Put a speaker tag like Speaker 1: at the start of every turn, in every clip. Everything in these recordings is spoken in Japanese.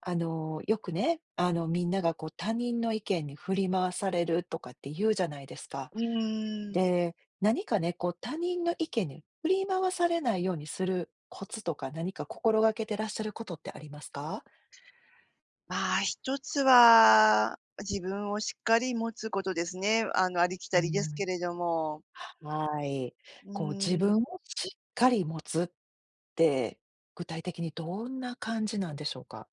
Speaker 1: よくね、みんながこう他人の意見に振り回されるとかって言うじゃないですか。
Speaker 2: うーん、
Speaker 1: で、何かね、こう他人の意見に振り回されないようにするコツとか、何か心がけてらっしゃることってありますか？
Speaker 2: まあ、一つは、自分をしっかり持つことですね。ありき
Speaker 1: う
Speaker 2: たりですけ
Speaker 1: ん。
Speaker 2: れども。
Speaker 1: はい。
Speaker 2: う
Speaker 1: こう自
Speaker 2: ー
Speaker 1: 分
Speaker 2: ん。
Speaker 1: をしっかり持つって、具体的にどんな感じなんでしょうか？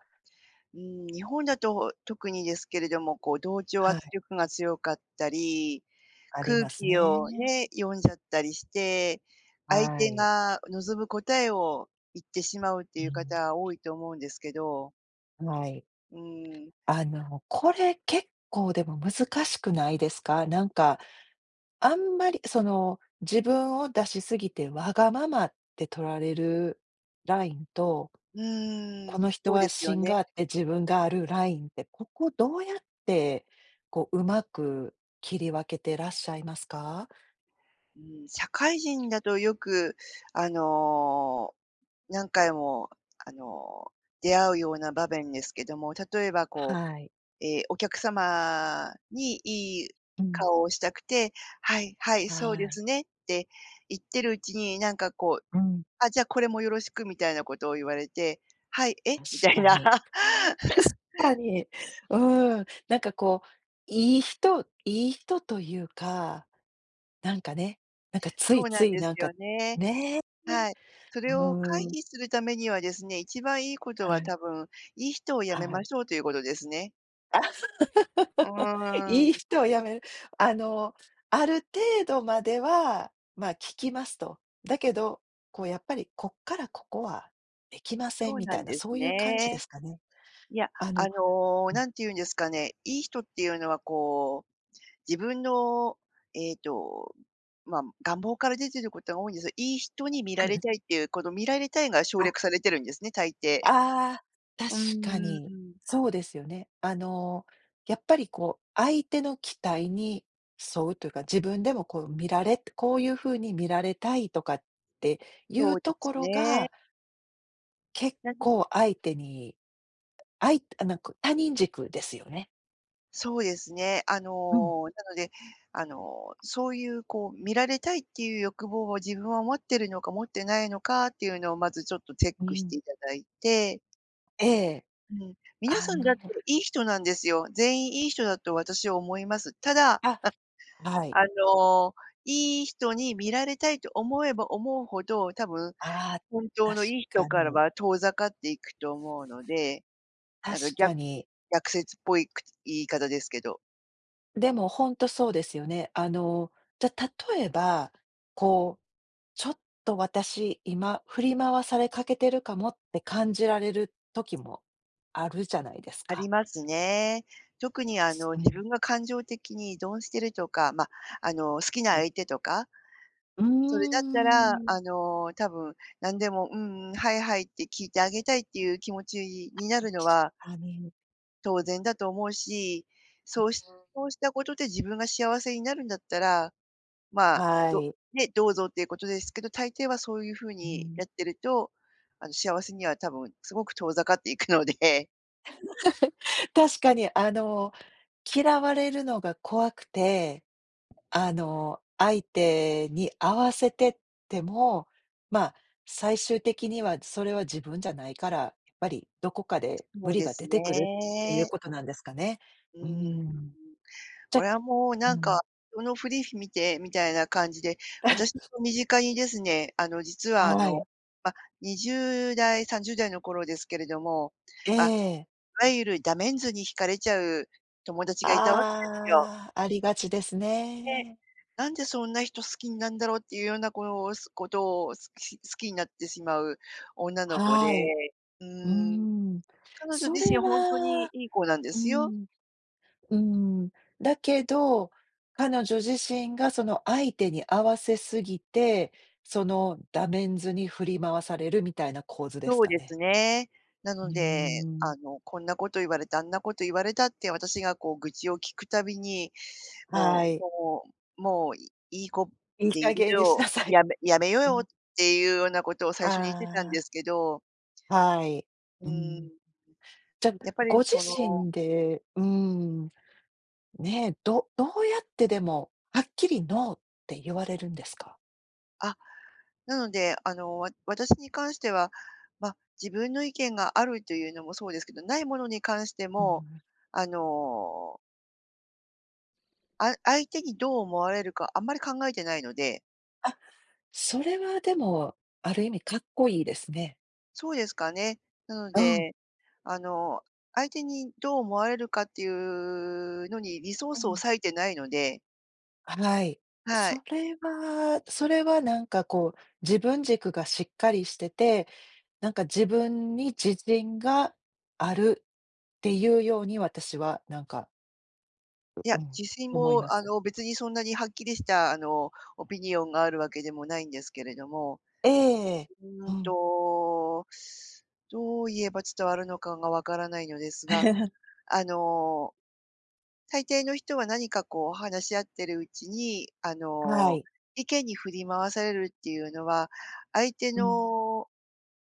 Speaker 2: 日本だと特にですけれども、こう同調
Speaker 1: はい、
Speaker 2: 圧力が強かったり、
Speaker 1: あり
Speaker 2: 空
Speaker 1: ます
Speaker 2: 気を
Speaker 1: ね。
Speaker 2: ね、読んじゃったりして、相
Speaker 1: は
Speaker 2: 手
Speaker 1: い。
Speaker 2: が望む答えを言ってしまうっていう方多いと思うんですけど、
Speaker 1: うん、はい。
Speaker 2: うーん、
Speaker 1: これ結構でも難しくないですか？なんか、あんまりその、自分を出しすぎてわがままって取られるラインと、
Speaker 2: うー
Speaker 1: こ
Speaker 2: ん、
Speaker 1: の人
Speaker 2: そう
Speaker 1: は
Speaker 2: ですよ
Speaker 1: 芯
Speaker 2: ね。
Speaker 1: があって自分があるラインって、ここどうやって、こう、うまく切り分けてらっしゃいますか？
Speaker 2: うん、社会人だとよく、あの何回も、あの、出会うような場面ですけども、例えばこう、
Speaker 1: はい。
Speaker 2: ええ、お客様にいい
Speaker 1: うん。
Speaker 2: 顔をしたくて、「はいはい、
Speaker 1: は
Speaker 2: そうで
Speaker 1: い。
Speaker 2: すね」って言ってるうちに、なんかこう、
Speaker 1: うん。
Speaker 2: 「あ、じゃあこれもよろしく」みたいなことを言われて、「はい、え？
Speaker 1: 確
Speaker 2: みたい
Speaker 1: か
Speaker 2: な。
Speaker 1: に。確かに。うん。なんかこう、いい人というかなんかね、なんかつ
Speaker 2: そ
Speaker 1: い
Speaker 2: うな
Speaker 1: つ
Speaker 2: ん
Speaker 1: い
Speaker 2: です
Speaker 1: なんか、
Speaker 2: よね。
Speaker 1: ね。
Speaker 2: はい。そ
Speaker 1: う
Speaker 2: れ
Speaker 1: ー
Speaker 2: を回
Speaker 1: ん、
Speaker 2: 避するためにはですね、一番いいこと
Speaker 1: は
Speaker 2: は
Speaker 1: い、
Speaker 2: 多分、いい人を辞め
Speaker 1: は
Speaker 2: ま
Speaker 1: い。
Speaker 2: しょうということですね。う ー
Speaker 1: いい
Speaker 2: ん、
Speaker 1: 人をやめる。あの、ある程度までは、まあ、聞きますと。だけど、こうやっぱりこっからここはできませ
Speaker 2: そ
Speaker 1: ん
Speaker 2: う
Speaker 1: み
Speaker 2: な
Speaker 1: たい
Speaker 2: ん
Speaker 1: な、
Speaker 2: です
Speaker 1: そういう感じで
Speaker 2: ね。
Speaker 1: すかね。
Speaker 2: いや、
Speaker 1: あのうん
Speaker 2: 何て言うんですかね、いい人っていうのはこう、自分の、えっと、まあ、願望から出てることが多いんですよ。いい人に見られた いっていう、この見られたいが省略
Speaker 1: あ。
Speaker 2: されてるんですね、大抵。
Speaker 1: ああ、確
Speaker 2: う
Speaker 1: か
Speaker 2: ー
Speaker 1: に。
Speaker 2: ん、
Speaker 1: そうですよね。あの、やっぱりこう、相手の期待に沿うというか、自分でもこう見られこういう風に見られたいとかってい
Speaker 2: そ
Speaker 1: う
Speaker 2: うで
Speaker 1: と
Speaker 2: す
Speaker 1: ころ
Speaker 2: ね。
Speaker 1: が、結
Speaker 2: な
Speaker 1: 構相手にあいあ、なんか他人軸ですよね。
Speaker 2: そうですね。
Speaker 1: うん、
Speaker 2: なので、そういうこう見られたいっていう欲望を自分は持ってるのか持ってないのかっていうのをまずちょっとチェッ
Speaker 1: う
Speaker 2: クし
Speaker 1: ん。
Speaker 2: ていただいて、
Speaker 1: ええ。
Speaker 2: うん。皆
Speaker 1: あ
Speaker 2: さんだ
Speaker 1: の
Speaker 2: っ
Speaker 1: ね
Speaker 2: ていい人なんですよ。全員いい人だと私は思います。ただ、
Speaker 1: あ、はい。
Speaker 2: あの、いい人に見られたいと思えば思うほど、多分
Speaker 1: ああ、
Speaker 2: 本当
Speaker 1: 確
Speaker 2: のいい人
Speaker 1: か
Speaker 2: から
Speaker 1: に。
Speaker 2: は遠ざかっていくと思うので、なんか
Speaker 1: 確かに。
Speaker 2: 逆説っぽいく言い方ですけど、
Speaker 1: でも本当そうですよね。あの、じゃ、例えば、こうちょっと私、今、振り回されかけてるかもって感じられる時もあるじゃないです
Speaker 2: あ
Speaker 1: か。
Speaker 2: りますね。特に
Speaker 1: う
Speaker 2: 自
Speaker 1: ん。
Speaker 2: 分が感情的に依存してるとか、ま、あの、好きな
Speaker 1: うん。
Speaker 2: 相手とか
Speaker 1: うー
Speaker 2: それだったら、
Speaker 1: ん。
Speaker 2: 多分何でも、うんうん、はいはいって聞いてあげたいっていう気持ちになる
Speaker 1: 確
Speaker 2: のは
Speaker 1: かに。
Speaker 2: 当然だと思うし、そうしそうしたことで自分が幸せになるんだったら、まあ、
Speaker 1: はい。
Speaker 2: ね、どうぞっていうことですけど、大抵はそういう風
Speaker 1: う
Speaker 2: に
Speaker 1: ん。
Speaker 2: やってると、幸せには多分すごく遠ざかっていくので、
Speaker 1: 確かに、あの、嫌われるのが怖くて、あの、相手に合わせてっても、まあ、最終的にはそれは自分じゃないから、やっぱりどこかで
Speaker 2: そ
Speaker 1: 無
Speaker 2: う
Speaker 1: 理
Speaker 2: で
Speaker 1: が
Speaker 2: す
Speaker 1: 出てくるっていう
Speaker 2: ね。
Speaker 1: ことなんですかね。
Speaker 2: う
Speaker 1: うー
Speaker 2: ーん。
Speaker 1: ん。じ
Speaker 2: こ
Speaker 1: ゃ
Speaker 2: れはもう
Speaker 1: う
Speaker 2: なん
Speaker 1: ん。
Speaker 2: か、人のフり見てみたいな感じで、私 の身近にですね、実は
Speaker 1: はい。
Speaker 2: ま、20代、30代の頃ですけれども、
Speaker 1: え
Speaker 2: い
Speaker 1: え。
Speaker 2: わゆるダメンズに惹かれちゃう友達がいたわけですよ。
Speaker 1: ああ、ありがちです
Speaker 2: で、
Speaker 1: ね。
Speaker 2: なんでそんな人好きになんだろうっていうようなこのすことを好きになってしまう女の子で、
Speaker 1: はい。
Speaker 2: う
Speaker 1: うー
Speaker 2: ーん、
Speaker 1: ん。
Speaker 2: 彼女
Speaker 1: そ
Speaker 2: 自身
Speaker 1: れ
Speaker 2: ほんと
Speaker 1: は
Speaker 2: にいい子なんで
Speaker 1: うー
Speaker 2: すよ。
Speaker 1: ん、うーん。だけど、彼女自身がその相手に合わせすぎて、そのダメンズに振り回されるみたいな構図です
Speaker 2: そう
Speaker 1: か
Speaker 2: で
Speaker 1: ね。
Speaker 2: すね。な
Speaker 1: うー
Speaker 2: ので、
Speaker 1: ん。
Speaker 2: こんなこと言われた、あんなこと言われたって私がこう愚痴を聞くたびに、
Speaker 1: は
Speaker 2: もう
Speaker 1: い。
Speaker 2: もうもういい子
Speaker 1: いい
Speaker 2: で
Speaker 1: 加
Speaker 2: いる
Speaker 1: 減にしな
Speaker 2: よ、
Speaker 1: さい。
Speaker 2: やめよう
Speaker 1: う
Speaker 2: よっ
Speaker 1: ん。
Speaker 2: ていうようなことを最初に言ってたんで
Speaker 1: あ
Speaker 2: すけど、
Speaker 1: あ、はい。
Speaker 2: う
Speaker 1: うん。
Speaker 2: ん、
Speaker 1: じゃ、
Speaker 2: やっぱり
Speaker 1: ご自
Speaker 2: その、
Speaker 1: 身で、うーん、ね、どうやってでも、はっきりノーって言われるんですか？
Speaker 2: あ、なので、私に関しては、まあ、自分の意見があるというのもそうですけど、ないものに関して
Speaker 1: う
Speaker 2: も、
Speaker 1: ん。
Speaker 2: あの、相手にどう思われるかあんまり考えてないので。
Speaker 1: あ、それはでも、ある意味かっこいいですね。
Speaker 2: そうですかね。なの
Speaker 1: うん、
Speaker 2: で、あの、相手にどう思われるかっていうのにリソー
Speaker 1: う
Speaker 2: スを
Speaker 1: ん。
Speaker 2: 割いてないので、
Speaker 1: はい。
Speaker 2: は
Speaker 1: そ
Speaker 2: い。
Speaker 1: れはそれはなんかこう、自分軸がしっかりしてて、なんか自分に自信があるっていうように私はなんか、
Speaker 2: い
Speaker 1: う
Speaker 2: や、
Speaker 1: ん、
Speaker 2: 自信
Speaker 1: 思い
Speaker 2: も、
Speaker 1: ます。
Speaker 2: 別にそんなにはっきりした、オピニオンがあるわけでもないんですけれども、
Speaker 1: ええ。
Speaker 2: う
Speaker 1: う
Speaker 2: ーん
Speaker 1: ん。
Speaker 2: と、どう言えば伝わるのかがわからないのですが、あの、大抵の人は何かこう話し合ってるうちに、
Speaker 1: はい。
Speaker 2: 意見に振り回されるっていうのは、相手
Speaker 1: うん。
Speaker 2: の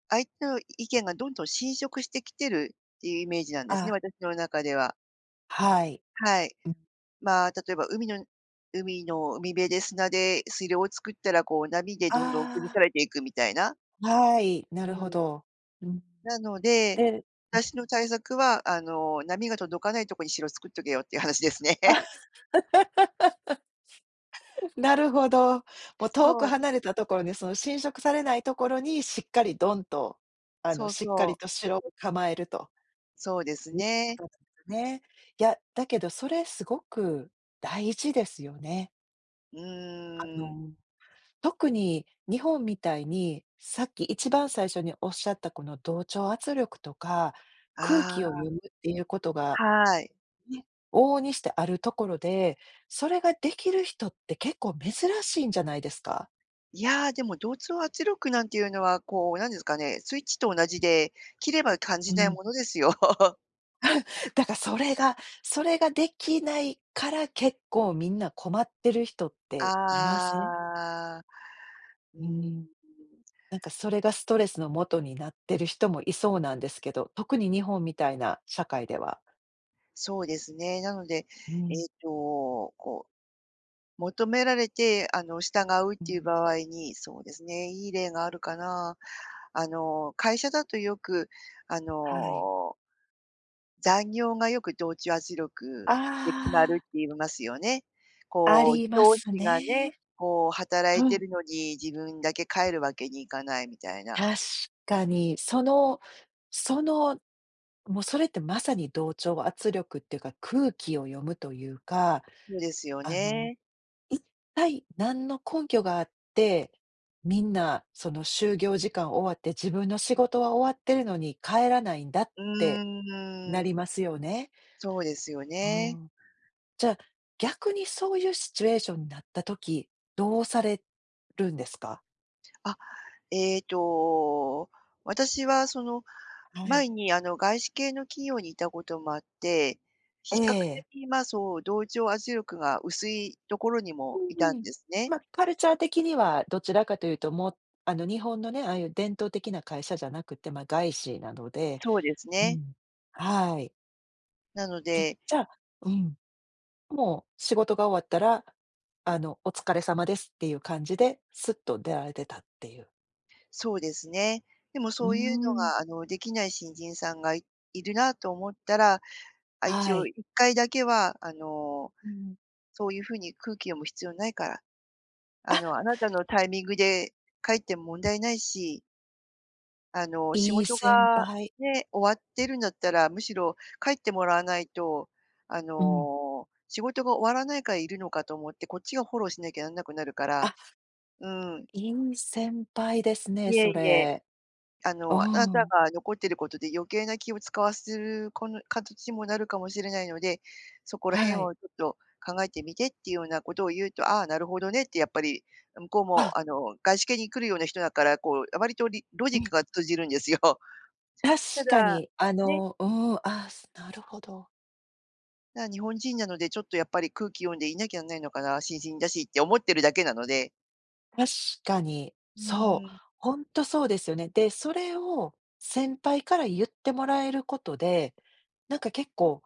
Speaker 2: 相手の意見がどんどん侵食してきてるっていうイメージなんです
Speaker 1: あ、
Speaker 2: ね、私の中では。
Speaker 1: はい。
Speaker 2: はい。
Speaker 1: うん。
Speaker 2: まあ、例えば海の海辺で砂で水量を作ったら、こう波でどんどん崩
Speaker 1: あ
Speaker 2: されていくみたいな。
Speaker 1: あ、はい、なる
Speaker 2: う
Speaker 1: ほ
Speaker 2: ん。
Speaker 1: ど。うん。
Speaker 2: なので、
Speaker 1: でうん。
Speaker 2: 私の対策は、波が届かないとこに城作っとけよっていう話ですね。
Speaker 1: なるほど。もう遠く
Speaker 2: そう、
Speaker 1: 離れたところに、その侵食されないところにしっかりドンと、あの、
Speaker 2: そう
Speaker 1: しっか
Speaker 2: そ
Speaker 1: りと
Speaker 2: う。
Speaker 1: 城を構えると
Speaker 2: そうです
Speaker 1: いうこ
Speaker 2: ね。
Speaker 1: となんですね。いや、だけどそれすごく大事ですよね。
Speaker 2: う
Speaker 1: あ
Speaker 2: ーん。
Speaker 1: の、特に日本みたいに、さっき一番最初におっしゃったこの同調圧力とか、空気を
Speaker 2: あ
Speaker 1: 読むっていうことが
Speaker 2: あ、はい。
Speaker 1: ね、往々にしてあるところで、それができる人って結構珍しいんじゃないですか？
Speaker 2: いやー、でも同調圧力なんていうのは、こう、なんですかね、スイッチと同じで、切れば感
Speaker 1: う
Speaker 2: じない
Speaker 1: ん。
Speaker 2: ものですよ。
Speaker 1: だからそれができないから結構みんな困ってる人っ
Speaker 2: あ
Speaker 1: ていません？
Speaker 2: あ。うー
Speaker 1: うー
Speaker 2: ん、
Speaker 1: ん、なんかそれがストレスの元になってる人もいそうなんですけど、特に日本みたいな社会では。
Speaker 2: そうですね。なので、
Speaker 1: うん、
Speaker 2: こう、求められて、従うっ
Speaker 1: う
Speaker 2: ていう
Speaker 1: ん、
Speaker 2: 場合に、そうですね、いい例があるかな。会社だとよく、あ
Speaker 1: はい。
Speaker 2: の残業がよく同調圧力で決まる
Speaker 1: あ
Speaker 2: っ
Speaker 1: あ、
Speaker 2: て言いますよね。
Speaker 1: あ
Speaker 2: こう、
Speaker 1: りま
Speaker 2: 上
Speaker 1: す
Speaker 2: 司がね、
Speaker 1: ね。
Speaker 2: こう働い
Speaker 1: う
Speaker 2: て
Speaker 1: ん
Speaker 2: るのに自分だけ帰るわけにいかないみたいな。
Speaker 1: 確かに、その、もうそれってまさに同調圧力っていうか、空気を読むというか、
Speaker 2: そうですよ
Speaker 1: あの、
Speaker 2: ね。
Speaker 1: 一体何の根拠があって、みんなその就業時間終わって自分の仕事は終わってるのに帰らないんだっ
Speaker 2: う
Speaker 1: てな
Speaker 2: ー
Speaker 1: り
Speaker 2: ん、
Speaker 1: ますよね。
Speaker 2: そうですよ
Speaker 1: う
Speaker 2: ね。
Speaker 1: ん。じゃあ、逆にそういうシチュエーションになった時、どうされるんですか？
Speaker 2: あ、えっと、私はその
Speaker 1: はい。
Speaker 2: 前に外資系の企業にいたこともあって、
Speaker 1: え
Speaker 2: 比較
Speaker 1: え。
Speaker 2: 的、そう、同調圧力が薄いところにもい
Speaker 1: う
Speaker 2: たん
Speaker 1: ん。
Speaker 2: ですね。
Speaker 1: まあ、カルチャー的にはどちらかというと、もう、あの、日本のね、ああいう伝統的な会社じゃなくて、まあ、外資なので
Speaker 2: そうです
Speaker 1: う
Speaker 2: ね。
Speaker 1: ん。はい。
Speaker 2: なの
Speaker 1: で、
Speaker 2: で
Speaker 1: じゃあうん、もう仕事が終わったら、あの、お疲れ様ですっていう感じで、すっと出られてたっていう。
Speaker 2: そうですね。でも
Speaker 1: うー
Speaker 2: そういうの
Speaker 1: ん。
Speaker 2: が、できない新人さんがいるなと思ったら、あ、一
Speaker 1: は
Speaker 2: 応
Speaker 1: い。
Speaker 2: 1回だけは、
Speaker 1: うん。
Speaker 2: そういうふうに空気読む必要ないから、あなたのタイミングで帰っても問題ないし、仕
Speaker 1: いい
Speaker 2: 事
Speaker 1: 先
Speaker 2: が
Speaker 1: 輩
Speaker 2: ね、終わってるんだったら、むしろ帰ってもらわないと、
Speaker 1: うん。
Speaker 2: 仕事が終わらないからいるのかと思って、こっちがフォローしなきゃなんなくなるか
Speaker 1: あ、
Speaker 2: ら、うん、
Speaker 1: いい先輩ですね、
Speaker 2: いえ
Speaker 1: そ
Speaker 2: いえ。
Speaker 1: れ。う
Speaker 2: あなた
Speaker 1: ん。
Speaker 2: が残ってることで余計な気を使わせるこの形にもなるかもしれないので、そこら辺
Speaker 1: はい。
Speaker 2: をちょっと考えてみてっていうようなことを言うと、ああ、なるほどねってやっぱり向こう
Speaker 1: あ、
Speaker 2: も外資系に来るような人だから、こう割とロ
Speaker 1: う
Speaker 2: ジッ
Speaker 1: ん。
Speaker 2: クが通じるんですよ。
Speaker 1: 確
Speaker 2: た
Speaker 1: か
Speaker 2: だ、
Speaker 1: に、あ
Speaker 2: ね、
Speaker 1: の、うん、あすなるほど。
Speaker 2: 日本人なのでちょっとやっぱり空気読んでいなきゃなんないのかな、新人だしって思ってるだけなので。
Speaker 1: 確かに、
Speaker 2: う
Speaker 1: そ
Speaker 2: ー
Speaker 1: う、
Speaker 2: ん、
Speaker 1: ほんとそうですよね。で、それを先輩から言ってもらえることで、なんか結構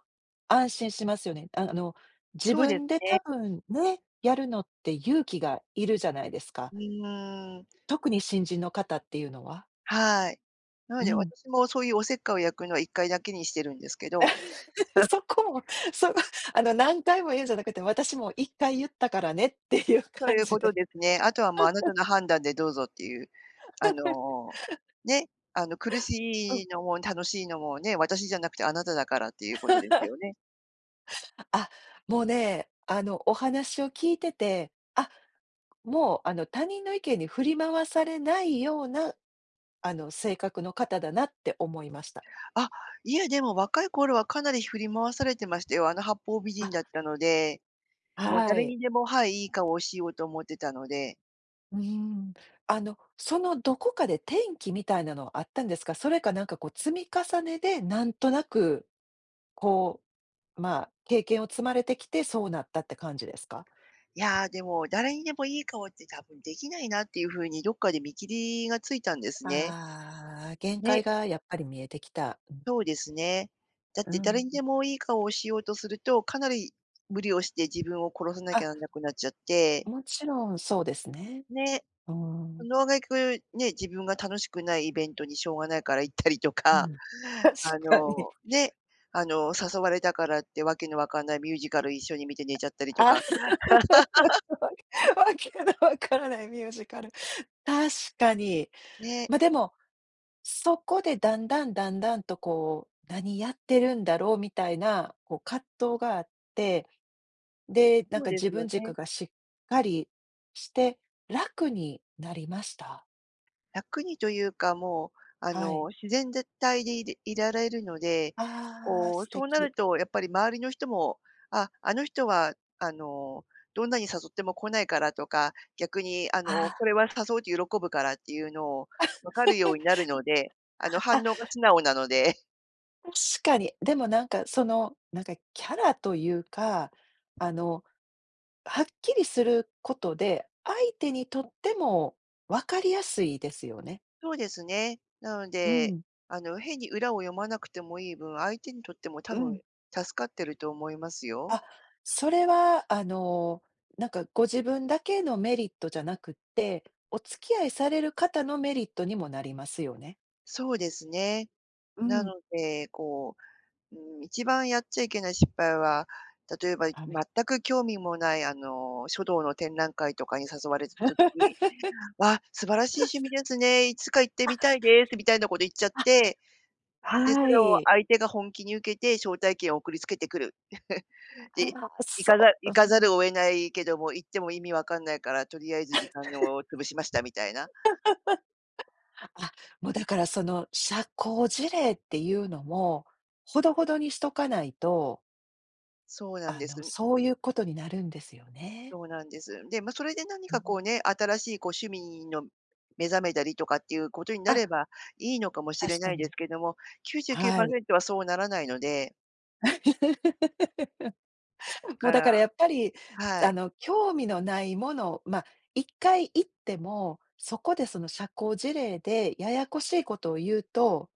Speaker 1: 安心しますよね。あの、自
Speaker 2: そうです
Speaker 1: 分で多
Speaker 2: ね。
Speaker 1: 分ね、やるのって勇気がいるじゃないですか。
Speaker 2: うーん。
Speaker 1: 特に新人の方っていうのは。
Speaker 2: はい。なの
Speaker 1: う
Speaker 2: で
Speaker 1: ん。
Speaker 2: 私もそういうおせっかいを焼くのは一回だけにしてるんですけど、
Speaker 1: そこも、そあの、何回も言うんじゃなくて、私も1回言ったからねっていう
Speaker 2: そう
Speaker 1: 感
Speaker 2: いう
Speaker 1: じ
Speaker 2: こと
Speaker 1: で。
Speaker 2: ですね。あとはもうあなたの判断でどうぞっていう、あ の、ね、苦
Speaker 1: う
Speaker 2: し
Speaker 1: ん。
Speaker 2: いのも楽しいのもね、私じゃなくてあなただからっていうことですよね。
Speaker 1: あ、もうね、あの、お話を聞いてて、あ、もう、あの、他人の意見に振り回されないような、あの、性格の方だなって思いました。
Speaker 2: あ、いやでも若い頃はかなり振り回されてましたよ。八方美
Speaker 1: あ、
Speaker 2: 人だったので、もう
Speaker 1: は
Speaker 2: 誰
Speaker 1: い。
Speaker 2: にでも、はい、いい顔をしようと思ってたので、
Speaker 1: うーん。あの、そのどこかで転機みたいなのはあったんですか？それかなんかこう積み重ねで、なんとなく、こう、まあ、経験を積まれてきて、そうなったって感じですか？
Speaker 2: いやーでも誰にでもいい顔って多分できないなっていう風にどっかで見切りがついたんですね。
Speaker 1: ああー、限界
Speaker 2: ね、
Speaker 1: がやっぱり見えてきた。
Speaker 2: そうですね。だっ
Speaker 1: う
Speaker 2: て誰に
Speaker 1: ん。
Speaker 2: でもいい顔をしようとすると、かなり無理をして自分を殺さな
Speaker 1: あ、
Speaker 2: きゃなんなくなっちゃって、
Speaker 1: もちろんそうですね。
Speaker 2: ね、
Speaker 1: ああ、
Speaker 2: そ
Speaker 1: う
Speaker 2: の挙句、ね、自分が楽しくないイベントにしょうがないから行ったりと
Speaker 1: ん。
Speaker 2: か、
Speaker 1: 確かに。
Speaker 2: ね、誘われたからってわけのわかんないミュージカル一緒に見て寝ちゃったりと
Speaker 1: あ
Speaker 2: か、
Speaker 1: わけのわからないミュージカル。確かに。
Speaker 2: ね、
Speaker 1: ま、でも、そこでだんだんとこう、何やってるんだろうみたいな、こう葛藤があって、で、なん
Speaker 2: そう
Speaker 1: か
Speaker 2: で
Speaker 1: 自
Speaker 2: すよ
Speaker 1: 分軸
Speaker 2: ね。
Speaker 1: がしっかりして、楽になりました？
Speaker 2: 楽にというか、もう、
Speaker 1: はい。
Speaker 2: 自然絶対でいられるので、
Speaker 1: ああ、
Speaker 2: こう、
Speaker 1: 素
Speaker 2: そうな
Speaker 1: 敵。
Speaker 2: るとやっぱり周りの人も、あ、あの人は、あの、どんなに誘っても来ないからとか、逆に、
Speaker 1: あ
Speaker 2: これは誘うと喜ぶからっていうのを分かるように なるので、反
Speaker 1: あ。
Speaker 2: 応が素直なので。
Speaker 1: 確かに。でもなんかその、なんかキャラというか、あの、はっきりすることで、相手にとっても分かりやすいですよね。
Speaker 2: そうですね。なの
Speaker 1: う
Speaker 2: で、
Speaker 1: ん、
Speaker 2: 変に裏を読まなくてもいい分、相手にとっても多
Speaker 1: う
Speaker 2: 分
Speaker 1: ん。
Speaker 2: 助かってると思いますよ。
Speaker 1: あ、それはあの、なんかご自分だけのメリットじゃなくって、お付き合いされる方のメリットにもなりますよね。
Speaker 2: そうですね。
Speaker 1: う
Speaker 2: な
Speaker 1: ん。
Speaker 2: ので、一番やっちゃいけない失敗は、例えば、
Speaker 1: はい。
Speaker 2: 全く興味もない、書道の展覧会とかに誘われた時に、「わ、素晴らしい趣味ですね。いつか行ってみたいです」みたいなこと言っちゃっ
Speaker 1: あ、
Speaker 2: て、で、そ
Speaker 1: は
Speaker 2: れを
Speaker 1: い。
Speaker 2: 相手が本気に受けて、招待券を送りつけてくる。で、
Speaker 1: ああ、そう。う
Speaker 2: 行かざ
Speaker 1: ん。
Speaker 2: るを得ないけども、行っても意味わかんないから、とりあえず時間を潰しましたみたいな。
Speaker 1: あ、もうだからその社交辞令っていうのも、ほどほどにしとかないと、
Speaker 2: そうなん
Speaker 1: あ
Speaker 2: です。
Speaker 1: の、そういうことになるんですよね。
Speaker 2: そうなんです。で、まあ、それで何
Speaker 1: う
Speaker 2: かこ
Speaker 1: ん。
Speaker 2: うね、新しいこう趣味の目覚めたりとかっていうことにな
Speaker 1: あ、
Speaker 2: ればいいのかもしれ
Speaker 1: 確か
Speaker 2: ないです
Speaker 1: に。
Speaker 2: けども、
Speaker 1: はい。
Speaker 2: 99%はそうならないので、だ
Speaker 1: もう
Speaker 2: か
Speaker 1: だから
Speaker 2: ら
Speaker 1: やっぱり、
Speaker 2: は
Speaker 1: あ
Speaker 2: い、
Speaker 1: の、興味のないもの、ま、1回行っても、そこでその社交辞令でややこしいことを言うと、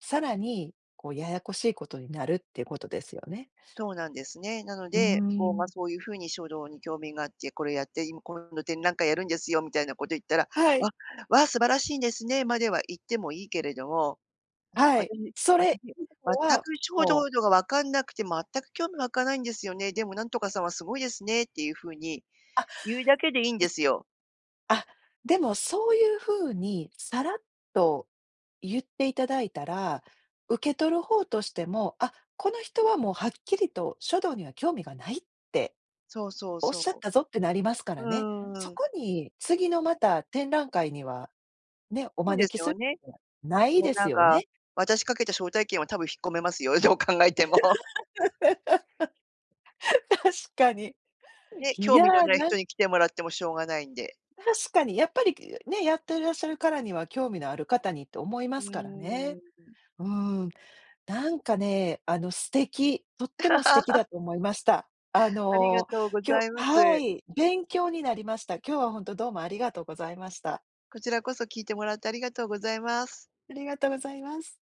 Speaker 1: さらにこうややこしいことになるっていうことですよね。
Speaker 2: そうなんですね。なの
Speaker 1: うー
Speaker 2: で、こう、まあ、
Speaker 1: ん。
Speaker 2: そういうふうに書道に興味があって、これやって、今度展覧会やるんですよみたいなこと言ったら、
Speaker 1: はい、
Speaker 2: わわ、素晴らしいんですね、までは言ってもいいけれども、
Speaker 1: は
Speaker 2: 私
Speaker 1: い。そ
Speaker 2: 私、
Speaker 1: れ
Speaker 2: 全
Speaker 1: 以降は、
Speaker 2: く書
Speaker 1: もう
Speaker 2: 道度が分かんなくて、全く興味湧かないんですよね。でもなんとかさんはすごいですねっていうふうに言うだけでいいんですよ。
Speaker 1: あ、でもそういう風にさらっと言っていただいたら、受け取る方としても、あ、この人はもうはっきりと書道には興味がないって
Speaker 2: そうそう
Speaker 1: おっしゃっ
Speaker 2: そ
Speaker 1: たぞってなりますか
Speaker 2: う。
Speaker 1: らね。
Speaker 2: う
Speaker 1: そ
Speaker 2: ーん、
Speaker 1: こに次のまた展覧会にはね、お
Speaker 2: そうで
Speaker 1: 招
Speaker 2: す
Speaker 1: きす
Speaker 2: よ
Speaker 1: る
Speaker 2: ね。
Speaker 1: ことはない
Speaker 2: もう
Speaker 1: で
Speaker 2: な
Speaker 1: す
Speaker 2: ん
Speaker 1: よ
Speaker 2: か、
Speaker 1: ね。
Speaker 2: 私かけた招待券は多分引っ込めますよ、どう考えても。
Speaker 1: 確かに。
Speaker 2: ね、
Speaker 1: い
Speaker 2: 興味の
Speaker 1: や、
Speaker 2: ない
Speaker 1: なん
Speaker 2: 人に来てもらってもしょうがないんで。
Speaker 1: 確かにやっぱり、ね、やってらっしゃるからには興味のある方にって思いま
Speaker 2: うー
Speaker 1: すからね。
Speaker 2: ん、
Speaker 1: うん。なんかね、あの、素敵、とっても素敵だと思いました。あ
Speaker 2: ありが
Speaker 1: の、
Speaker 2: とうござ
Speaker 1: 今日、
Speaker 2: いま
Speaker 1: は
Speaker 2: す。
Speaker 1: い、勉強になりました。今日は本当どうもありがとうございました。
Speaker 2: こちらこそ聞いてもらってありがとうございます。
Speaker 1: ありがとうございます。